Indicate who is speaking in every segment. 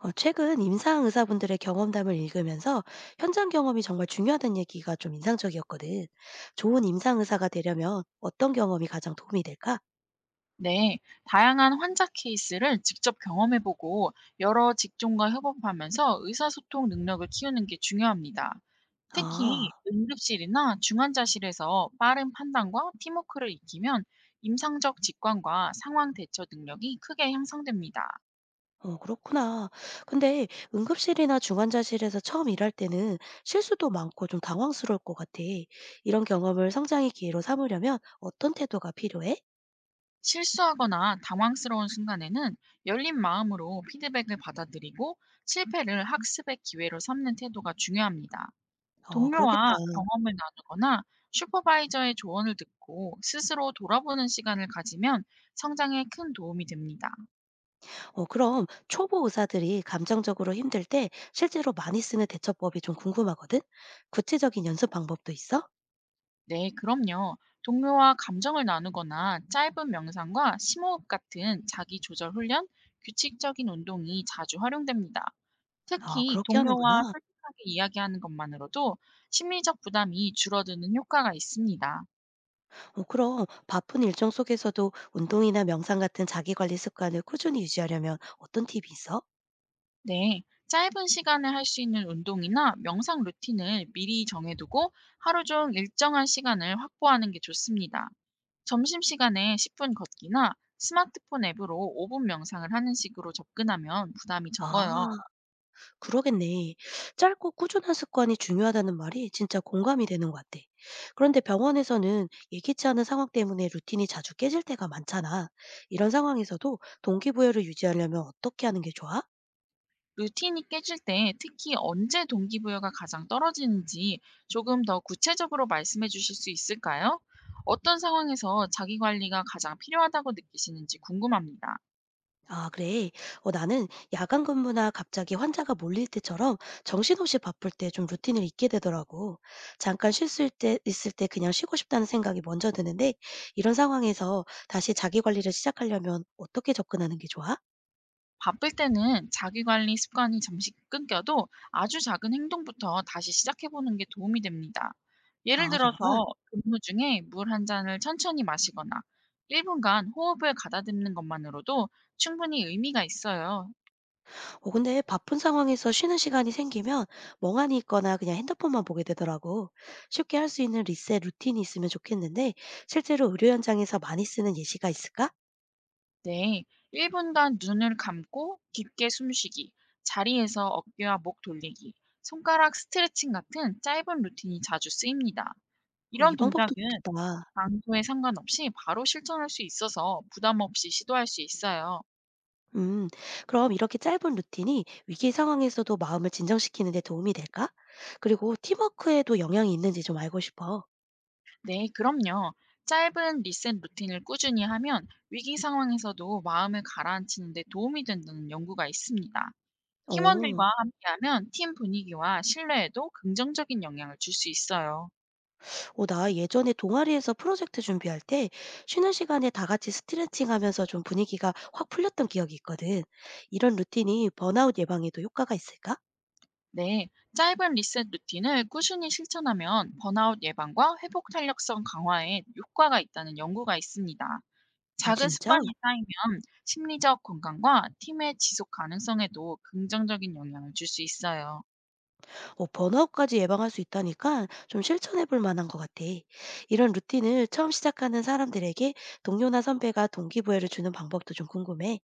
Speaker 1: 최근 임상 의사분들의 경험담을 읽으면서 현장 경험이 정말 중요하다는 얘기가 좀 인상적이었거든. 좋은 임상 의사가 되려면 어떤 경험이 가장 도움이 될까?
Speaker 2: 네, 다양한 환자 케이스를 직접 경험해보고 여러 직종과 협업하면서 의사소통 능력을 키우는 게 중요합니다.
Speaker 1: 아,
Speaker 2: 특히 응급실이나 중환자실에서 빠른 판단과 팀워크를 익히면 임상적 직관과 상황 대처 능력이 크게 향상됩니다.
Speaker 1: 그렇구나. 근데 응급실이나 중환자실에서 처음 일할 때는 실수도 많고 좀 당황스러울 것 같아. 이런 경험을 성장의 기회로 삼으려면 어떤 태도가 필요해?
Speaker 2: 실수하거나 당황스러운 순간에는 열린 마음으로 피드백을 받아들이고 실패를 학습의 기회로 삼는 태도가 중요합니다.
Speaker 1: 그러겠다.
Speaker 2: 동료와 경험을 나누거나 슈퍼바이저의 조언을 듣고 스스로 돌아보는 시간을 가지면 성장에 큰 도움이 됩니다.
Speaker 1: 그럼 초보 의사들이 감정적으로 힘들 때 실제로 많이 쓰는 대처법이 좀 궁금하거든? 구체적인 연습 방법도 있어?
Speaker 2: 네, 그럼요. 동료와 감정을 나누거나 짧은 명상과 심호흡 같은 자기 조절 훈련, 규칙적인 운동이 자주 활용됩니다.
Speaker 1: 아,
Speaker 2: 특히
Speaker 1: 그렇게
Speaker 2: 동료와
Speaker 1: 하는구나.
Speaker 2: 솔직하게 이야기하는 것만으로도 심리적 부담이 줄어드는 효과가 있습니다.
Speaker 1: 그럼 바쁜 일정 속에서도 운동이나 명상 같은 자기관리 습관을 꾸준히 유지하려면 어떤 팁이 있어?
Speaker 2: 네, 짧은 시간에 할 수 있는 운동이나 명상 루틴을 미리 정해두고 하루 중 일정한 시간을 확보하는 게 좋습니다. 점심시간에 10분 걷기나 스마트폰 앱으로 5분 명상을 하는 식으로 접근하면 부담이 적어요.
Speaker 1: 아, 그러겠네. 짧고 꾸준한 습관이 중요하다는 말이 진짜 공감이 되는 것 같아. 그런데 병원에서는 예기치 않은 상황 때문에 루틴이 자주 깨질 때가 많잖아. 이런 상황에서도 동기부여를 유지하려면 어떻게 하는 게 좋아?
Speaker 2: 루틴이 깨질 때 특히 언제 동기부여가 가장 떨어지는지 조금 더 구체적으로 말씀해 주실 수 있을까요? 어떤 상황에서 자기 관리가 가장 필요하다고 느끼시는지 궁금합니다.
Speaker 1: 아, 그래. 나는 야간 근무나 갑자기 환자가 몰릴 때처럼 정신없이 바쁠 때 좀 루틴을 잊게 되더라고. 잠깐 쉴 수 있을 때, 있을 때 그냥 쉬고 싶다는 생각이 먼저 드는데, 이런 상황에서 다시 자기 관리를 시작하려면 어떻게 접근하는 게 좋아?
Speaker 2: 바쁠 때는 자기 관리 습관이 잠시 끊겨도 아주 작은 행동부터 다시 시작해 보는 게 도움이 됩니다. 예를
Speaker 1: 아, 정말?
Speaker 2: 들어서 근무 중에 물 한 잔을 천천히 마시거나 1분간 호흡을 가다듬는 것만으로도 충분히 의미가 있어요.
Speaker 1: 근데 바쁜 상황에서 쉬는 시간이 생기면 멍하니 있거나 그냥 핸드폰만 보게 되더라고. 쉽게 할 수 있는 리셋 루틴이 있으면 좋겠는데, 실제로 의료 현장에서 많이 쓰는 예시가 있을까?
Speaker 2: 네, 1분간 눈을 감고 깊게 숨쉬기, 자리에서 어깨와 목 돌리기, 손가락 스트레칭 같은 짧은 루틴이 자주 쓰입니다. 이런
Speaker 1: 이
Speaker 2: 동작은
Speaker 1: 방법도 좋겠다.
Speaker 2: 강도에 상관없이 바로 실천할 수 있어서 부담 없이 시도할 수 있어요.
Speaker 1: 음, 그럼 이렇게 짧은 루틴이 위기 상황에서도 마음을 진정시키는 데 도움이 될까? 그리고 팀워크에도 영향이 있는지 좀 알고 싶어.
Speaker 2: 네, 그럼요. 짧은 리셋 루틴을 꾸준히 하면 위기 상황에서도 마음을 가라앉히는 데 도움이 된다는 연구가 있습니다. 팀원들과
Speaker 1: 어,
Speaker 2: 함께하면 팀 분위기와 신뢰에도 긍정적인 영향을 줄 수 있어요.
Speaker 1: 나 예전에 동아리에서 프로젝트 준비할 때 쉬는 시간에 다 같이 스트레칭 하면서 좀 분위기가 확 풀렸던 기억이 있거든. 이런 루틴이 번아웃 예방에도 효과가 있을까?
Speaker 2: 네, 짧은 리셋 루틴을 꾸준히 실천하면 번아웃 예방과 회복 탄력성 강화에 효과가 있다는 연구가 있습니다.
Speaker 1: 아,
Speaker 2: 작은
Speaker 1: 진짜?
Speaker 2: 습관이 쌓이면 심리적 건강과 팀의 지속 가능성에도 긍정적인 영향을 줄 수 있어요.
Speaker 1: 번아웃까지 예방할 수 있다니까 좀 실천해 볼 만한 것 같아. 이런 루틴을 처음 시작하는 사람들에게 동료나 선배가 동기부여를 주는 방법도 좀 궁금해.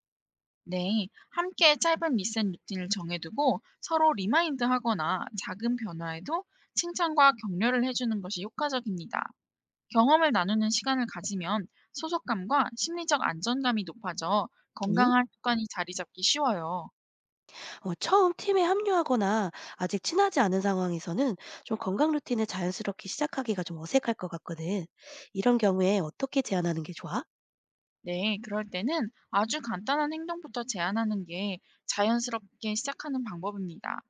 Speaker 2: 네, 함께 짧은 리셋 루틴을 정해두고 서로 리마인드 하거나 작은 변화에도 칭찬과 격려를 해주는 것이 효과적입니다. 경험을 나누는 시간을 가지면 소속감과 심리적 안정감이 높아져
Speaker 1: 음?
Speaker 2: 건강한 습관이 자리 잡기 쉬워요.
Speaker 1: 처음 팀에 합류하거나 아직 친하지 않은 상황에서는 좀 건강 루틴을 자연스럽게 시작하기가 좀 어색할 것 같거든. 이런 경우에 어떻게 제안하는 게 좋아?
Speaker 2: 네, 그럴 때는 아주 간단한 행동부터 제안하는 게 자연스럽게 시작하는 방법입니다.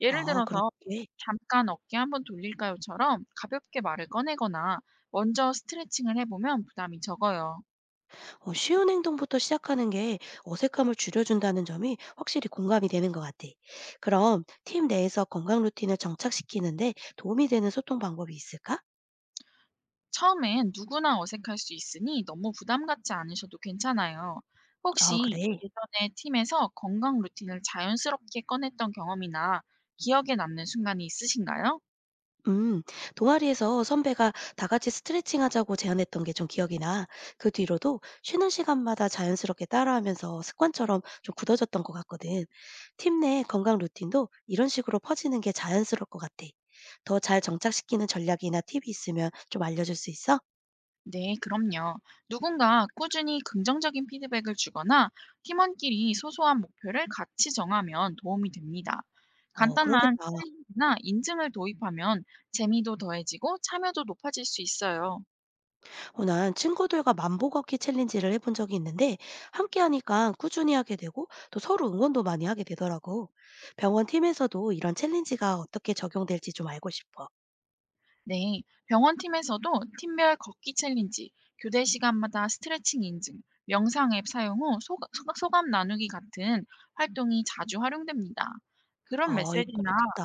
Speaker 2: 예를
Speaker 1: 아,
Speaker 2: 들어서,
Speaker 1: 그렇게.
Speaker 2: 잠깐 어깨 한번 돌릴까요?처럼 가볍게 말을 꺼내거나 먼저 스트레칭을 해보면 부담이 적어요.
Speaker 1: 쉬운 행동부터 시작하는 게 어색함을 줄여준다는 점이 확실히 공감이 되는 것 같아. 그럼 팀 내에서 건강 루틴을 정착시키는데 도움이 되는 소통 방법이 있을까?
Speaker 2: 처음엔 누구나 어색할 수 있으니 너무 부담 갖지 않으셔도 괜찮아요.
Speaker 1: 아,
Speaker 2: 혹시
Speaker 1: 그래.
Speaker 2: 예전에 팀에서 건강 루틴을 자연스럽게 꺼냈던 경험이나 기억에 남는 순간이 있으신가요?
Speaker 1: 음, 동아리에서 선배가 다 같이 스트레칭 하자고 제안했던 게 좀 기억이 나. 그 뒤로도 쉬는 시간마다 자연스럽게 따라하면서 습관처럼 좀 굳어졌던 것 같거든. 팀 내 건강 루틴도 이런 식으로 퍼지는 게 자연스러울 것 같아. 더 잘 정착시키는 전략이나 팁이 있으면 좀 알려줄 수 있어?
Speaker 2: 네, 그럼요. 누군가 꾸준히 긍정적인 피드백을 주거나 팀원끼리 소소한 목표를 같이 정하면 도움이 됩니다. 간단한
Speaker 1: 그러겠다.
Speaker 2: 챌린지나 인증을 도입하면 재미도 더해지고 참여도 높아질 수 있어요.
Speaker 1: 난 친구들과 만보 걷기 챌린지를 해본 적이 있는데 함께 하니까 꾸준히 하게 되고 또 서로 응원도 많이 하게 되더라고. 병원 팀에서도 이런 챌린지가 어떻게 적용될지 좀 알고 싶어.
Speaker 2: 네, 병원팀에서도 팀별 걷기 챌린지, 교대 시간마다 스트레칭 인증, 명상 앱 사용 후 소감 나누기 같은 활동이 자주 활용됩니다. 그런
Speaker 1: 이것도
Speaker 2: 메시지나
Speaker 1: 좋겠다.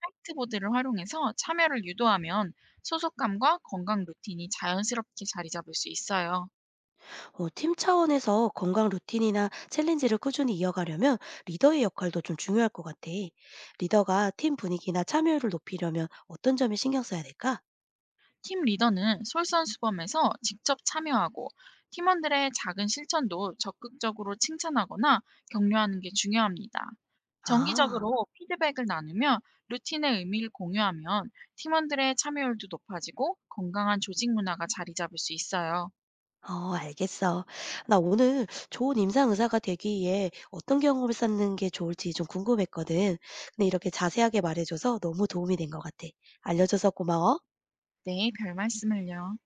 Speaker 2: 화이트보드를 활용해서 참여를 유도하면 소속감과 건강 루틴이 자연스럽게 자리 잡을 수 있어요.
Speaker 1: 팀 차원에서 건강 루틴이나 챌린지를 꾸준히 이어가려면 리더의 역할도 좀 중요할 것 같아. 리더가 팀 분위기나 참여율을 높이려면 어떤 점에 신경 써야 될까?
Speaker 2: 팀 리더는 솔선수범해서 직접 참여하고 팀원들의 작은 실천도 적극적으로 칭찬하거나 격려하는 게 중요합니다.
Speaker 1: 아.
Speaker 2: 정기적으로 피드백을 나누며 루틴의 의미를 공유하면 팀원들의 참여율도 높아지고 건강한 조직 문화가 자리 잡을 수 있어요.
Speaker 1: 알겠어. 나 오늘 좋은 임상 의사가 되기 위해 어떤 경험을 쌓는 게 좋을지 좀 궁금했거든. 근데 이렇게 자세하게 말해줘서 너무 도움이 된 것 같아. 알려줘서 고마워.
Speaker 2: 네, 별 말씀을요.